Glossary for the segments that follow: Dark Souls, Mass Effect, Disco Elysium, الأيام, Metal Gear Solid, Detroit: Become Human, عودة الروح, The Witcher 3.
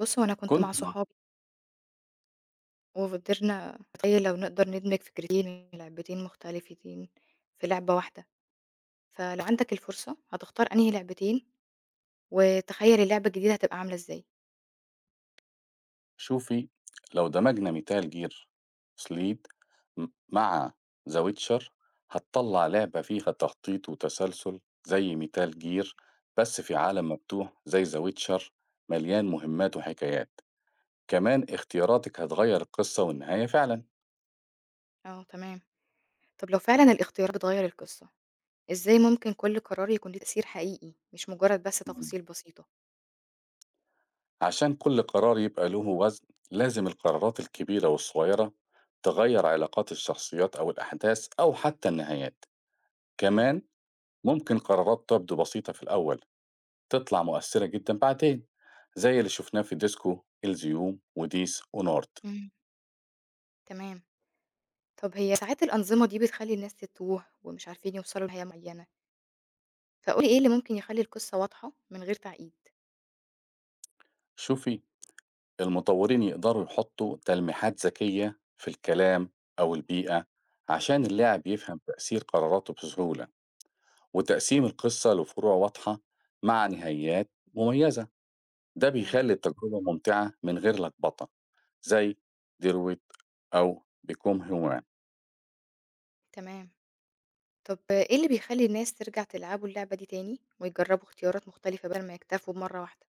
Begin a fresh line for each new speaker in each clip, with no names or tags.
بُص، هو أنا كنت
كنت
مع
مع
صحابي وفضلنا نتخيل لو نقدر ندمج فكرتين لعبتين مختلفتين في لعبة واحدة، فلو عندك الفرصة هتختار أنهي لعبتين، وتخيل اللعبة الجديدة هتبقى عاملة إزاي؟
شوفي، لو دمجنا ميتال جير سليد مع ذا ويتشر هتطلع لعبة فيها تخطيط وتسلسل زي ميتال جير، بس في عالم مفتوح زي ذا ويتشر، مليان مهمات وحكايات. كمان اختياراتك هتغير القصة والنهاية فعلا.
آه، تمام. طب لو فعلًا الاختيارات بتغير القصة، إزاي ممكن كل قرار يكون ليه تأثير حقيقي مش مجرد بس
مم.
تفاصيل بسيطة؟
عشان كل قرار يبقى له وزن لازم القرارات الكبيرة والصغيرة تغير علاقات الشخصيات أو الأحداث أو حتى النهايات.
آه،
كمان ممكن قرارات تبدو بسيطة في الأول تطلع مؤثرة جدًا بعدين، زي اللي شفناه في ديسكو، الزيوم، وديس، ونورد.
إمم، تمام. طب هي ساعات الأنظمة دي بتخلي الناس تتوه ومش عارفين يوصلوا لنهاية معينة، فقُل لي إيه اللي ممكن يخلي القصة واضحة من غير تعقيد؟
شوفي، المطورين يقدروا يحطوا تلميحات ذكية في الكلام أو البيئة عشان
إمم،
اللاعب يفهم تأثير قراراته بسهولة، وتقسيم القصة لفروع واضحة مع نهايات مميزة. ده
آه،
بيخلي التجربة ممتعة من غير لخبطة، زي ديرويت أو بيكوم هيومان.
تمام. طب إيه اللي بيخلّي الناس ترجع تلعبوا اللعبة دي تاني، ويجرّبوا اختيارات مختلفة بدل ما يكتفوا بمرّة واحدة؟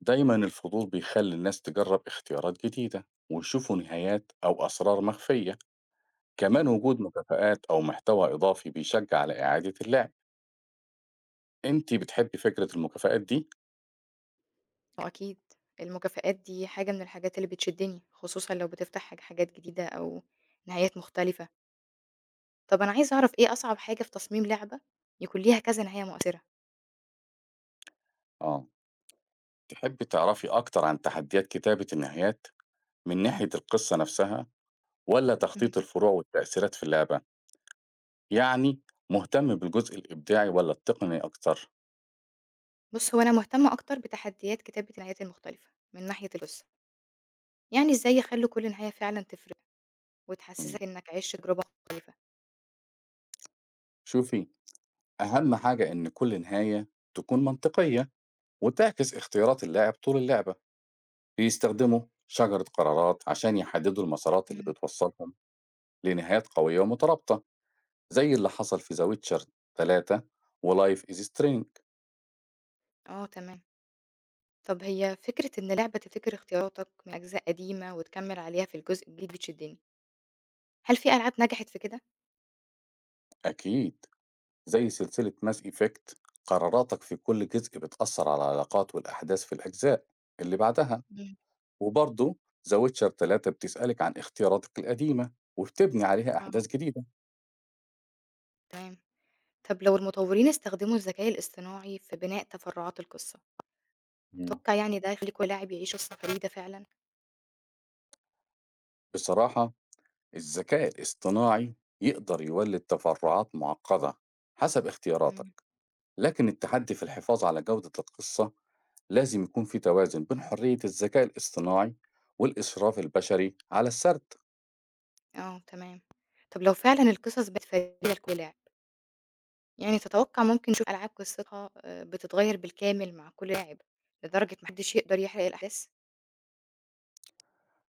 دايما الفضول بيخلي الناس تجرب اختيارات جديدة ويشوفوا نهايات أو أسرار مخفية. كمان
إمم.
وجود مكافآت أو محتوى إضافي بيشجع على إعادة اللعب. أنت بتحبي فكرة المكافآت دي؟
وأكيد المكافآت دي حاجة من الحاجات اللي بتشدّني، خصوصًا لو بتفتح حاجات جديدة أو نهايات مختلفة. طب أنا عايزة أعرف إيه أصعب حاجة في تصميم لعبة يكون ليها كذا نهاية مؤثرة؟
آه، تحبي تعرفي أكتر عن تحديات كتابة النهايات من ناحية القصة نفسها ولا
إمم.
تخطيط الفروع والتأثيرات في اللعبة؟ يعني مهتم بالجزء الإبداعي ولا التقني أكتر؟
بُص، هو أنا مهتمة أكتر بتحديات كتابة النهايات المختلفة من ناحية القصة، يعني إزاي يخلّوا كل نهاية فعلًا تفرق
مم.
وتحسّسك إنّك عِشت تجربة مختلفة؟
شوفي، أهم حاجة إن كل نهاية تكون منطقية وتعكس اختيارات اللاعب طول اللعبة. بيستخدموا شجرة قرارات عشان يحددوا المسارات اللي
إمم،
بتوصلهم لنهايات قوية ومترابطة، زي اللي حصل في ذا ويتشر 3 ولايف از سترينج.
آه، تمام. طب هي فكرة إن لعبة تفتكر اختياراتك من أجزاء قديمة وتكمّل عليها في الجزء الجديد بتشدّني، هل في ألعاب نجحت في كده؟
أكيد، زي سلسلة ماس إيفكت، قراراتك في كل جزء بتأثر على العلاقات والأحداث في الأجزاء اللي بعدها.
إمم،
وبرضه ذا ويتشر 3 بتسألك عن اختياراتك القديمة وبتبني عليها
آه،
أحداث جديدة.
تمام. طب لو المطورين استخدموا الذكاء الاصطناعي في بناء تفرعات القصة،
مم.
تتوقع يعني ده يخلّي كل لاعب يعيش قصة فريدة فعلًا؟
بصراحة الذكاء الاصطناعي يقدر يولد تفرعات معقدة حسب اختياراتك،
إمم،
لكن التحدي في الحفاظ على جودة القصة. لازم يكون في توازن بين حرية الذكاء الاصطناعي والإسراف البشري على السرد.
آه، تمام. طب لو فعلًا القصص بقت فريدة لكل لاعب، يعني تتوقع ممكن نشوف ألعاب قصتها بتتغيّر بالكامل مع كل لاعب لدرجة ما حدّش يقدر يحرق الأحداث؟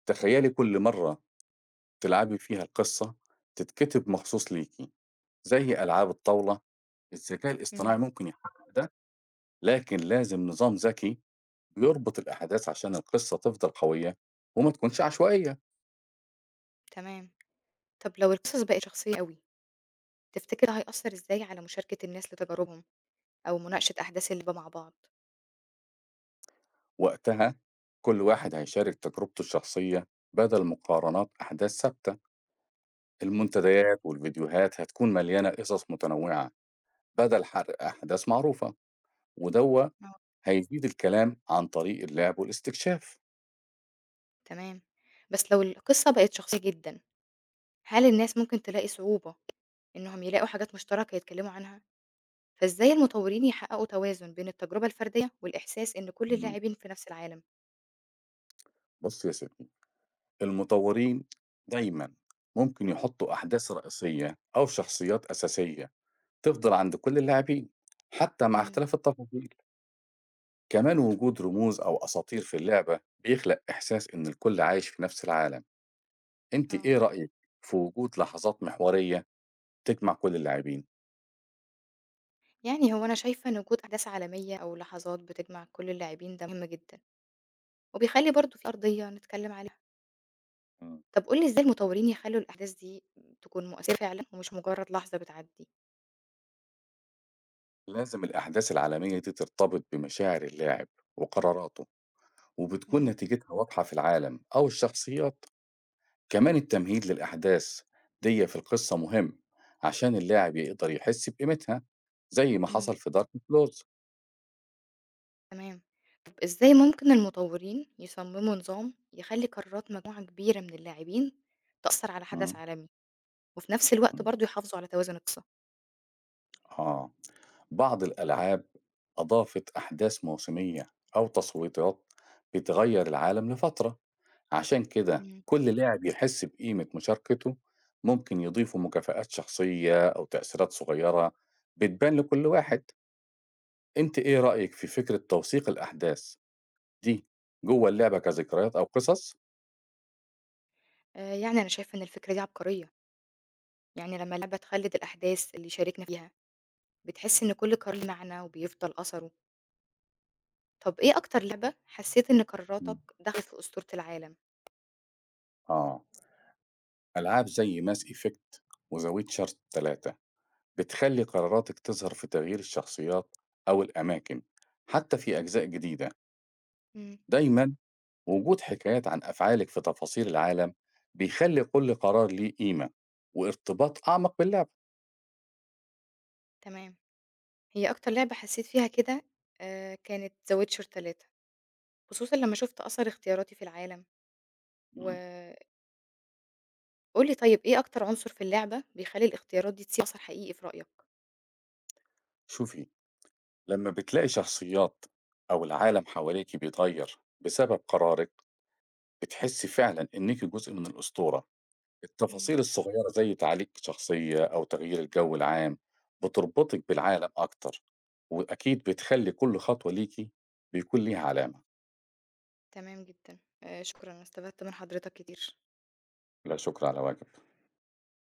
تخيلي كل مرة تلعبي فيها القصة تتكتب مخصوص ليكي زي ألعاب الطاولة. الذكاء الاصطناعي
إمم،
ممكن يحقق ده، لكن لازم نظام ذكي بيربط الأحداث عشان القصة تفضل قوية وما تكونش عشوائية.
تمام. طب لو القصص بقت شخصية أوي، تفتكر ده هيأثّر إزاي على مشاركة الناس لتجاربهم، أو مناقشة أحداث اللي مع بعض؟
وقتها كل واحد هيشارك تجربته الشخصية بدل مقارنات أحداث ثابتة.
إمم،
المنتديات والفيديوهات هتكون مليانة قصص متنوعة بدل حرق أحداث معروفة. ودوا
آه،
هيزيد الكلام عن طريق اللعب والاستكشاف.
تمام. بس لو القصة بقت شخصية جدًا، هل الناس ممكن تلاقي صعوبة إنهم يلاقوا حاجات مشتركة يتكلموا عنها؟ فإزاي المطورين يحققوا توازن بين التجربة الفردية والإحساس إن كل
مم.
اللاعبين في نفس العالم؟
بص يا سيدي، المطورين دايما ممكن يحطوا أحداث رئيسية أو شخصيات أساسية تفضل عند كل اللاعبين حتى مع
إمم،
اختلاف التفاصيل. كمان وجود رموز أو أساطير في اللعبة بيخلق إحساس إن الكل عايش في نفس العالم. أنت
آه.
إيه رأيك في وجود لحظات محورية تجمع كل اللاعبين؟
يعني هو أنا شايفة إن وجود أحداث عالمية أو لحظات بتجمع كل اللاعبين ده مهم جدًا، وبيخلّي برضه في أرضية نتكلم عليها. طب قُل لي إزاي المطورين يخلّوا الأحداث دي تكون مؤثرة فعلًا ومش مجرد لحظة بتعدي؟
لازم الأحداث العالمية دي ترتبط بمشاعر اللاعب وقراراته، وبتكون
إمم،
نتيجتها واضحة في العالم أو الشخصيات. كمان التمهيد للأحداث دي في القصة مهم عشان اللاعب يقدر يحس بقيمتها، زي ما
إمم،
حصل في دارك كلوز.
تمام. طب إزاي ممكن المطورين يصمموا نظام يخلّي قرارات مجموعة كبيرة من اللاعبين تأثّر على حدث عالمي، وفي نفس الوقت برضه يحافظوا على توازن القصة؟
آه، بعض الألعاب أضافت أحداث موسمية أو تصويتات بتغير العالم لفترة عشان كده
إمم.
كل لاعب يحس بقيمة مشاركته. ممكن يضيفوا مكافآت شخصية أو تأثيرات صغيرة بتبان لكل واحد. أنت إيه رأيك في فكرة توثيق الأحداث دي جوه اللعبة كذكريات أو قصص؟
يعني أنا شايفة إن الفكرة دي عبقرية، يعني لمّا اللعبة تخلّد الأحداث اللي شاركنا فيها، بتحس إن كل قرار ليه معنى وبيفضل أثره. طب إيه أكتر لعبة حسّيت إن قراراتك
مم.
دخلت في أسطورة العالم؟
آه، ألعاب زي ماس إيفكت وزاوية شارت 3 بتخلي قراراتك تظهر في تغيير الشخصيات أو الأماكن حتى في أجزاء جديدة.
إمم،
دايما وجود حكايات عن أفعالك في تفاصيل العالم بيخلي كل قرار ليه قيمة وارتباط أعمق باللعبة.
تمام. هي أكتر لعبة حسّيت فيها كده كانت The Witcher 3، خصوصًا لمّا شُفت أثر اختياراتي في العالم.
مم.
وقُل لي، طيب إيه أكتر عنصر في اللعبة بيخلّي الاختيارات دي تسيب أثر حقيقي في رأيك؟
شوفي، لما بتلاقي شخصيات أو العالم حواليك بيتغير بسبب قرارك بتحسي فعلا إنك جزء من الأسطورة.
إمم.
التفاصيل الصغيرة زي تعليق شخصية أو تغيير الجو العام بتربطك بالعالم أكتر، وأكيد بتخلي كل خطوة ليكي بيكون ليها علامة.
تمام جدًا، شكرًا، أنا استفدت من حضرتك كتير.
لا شكر على واجب.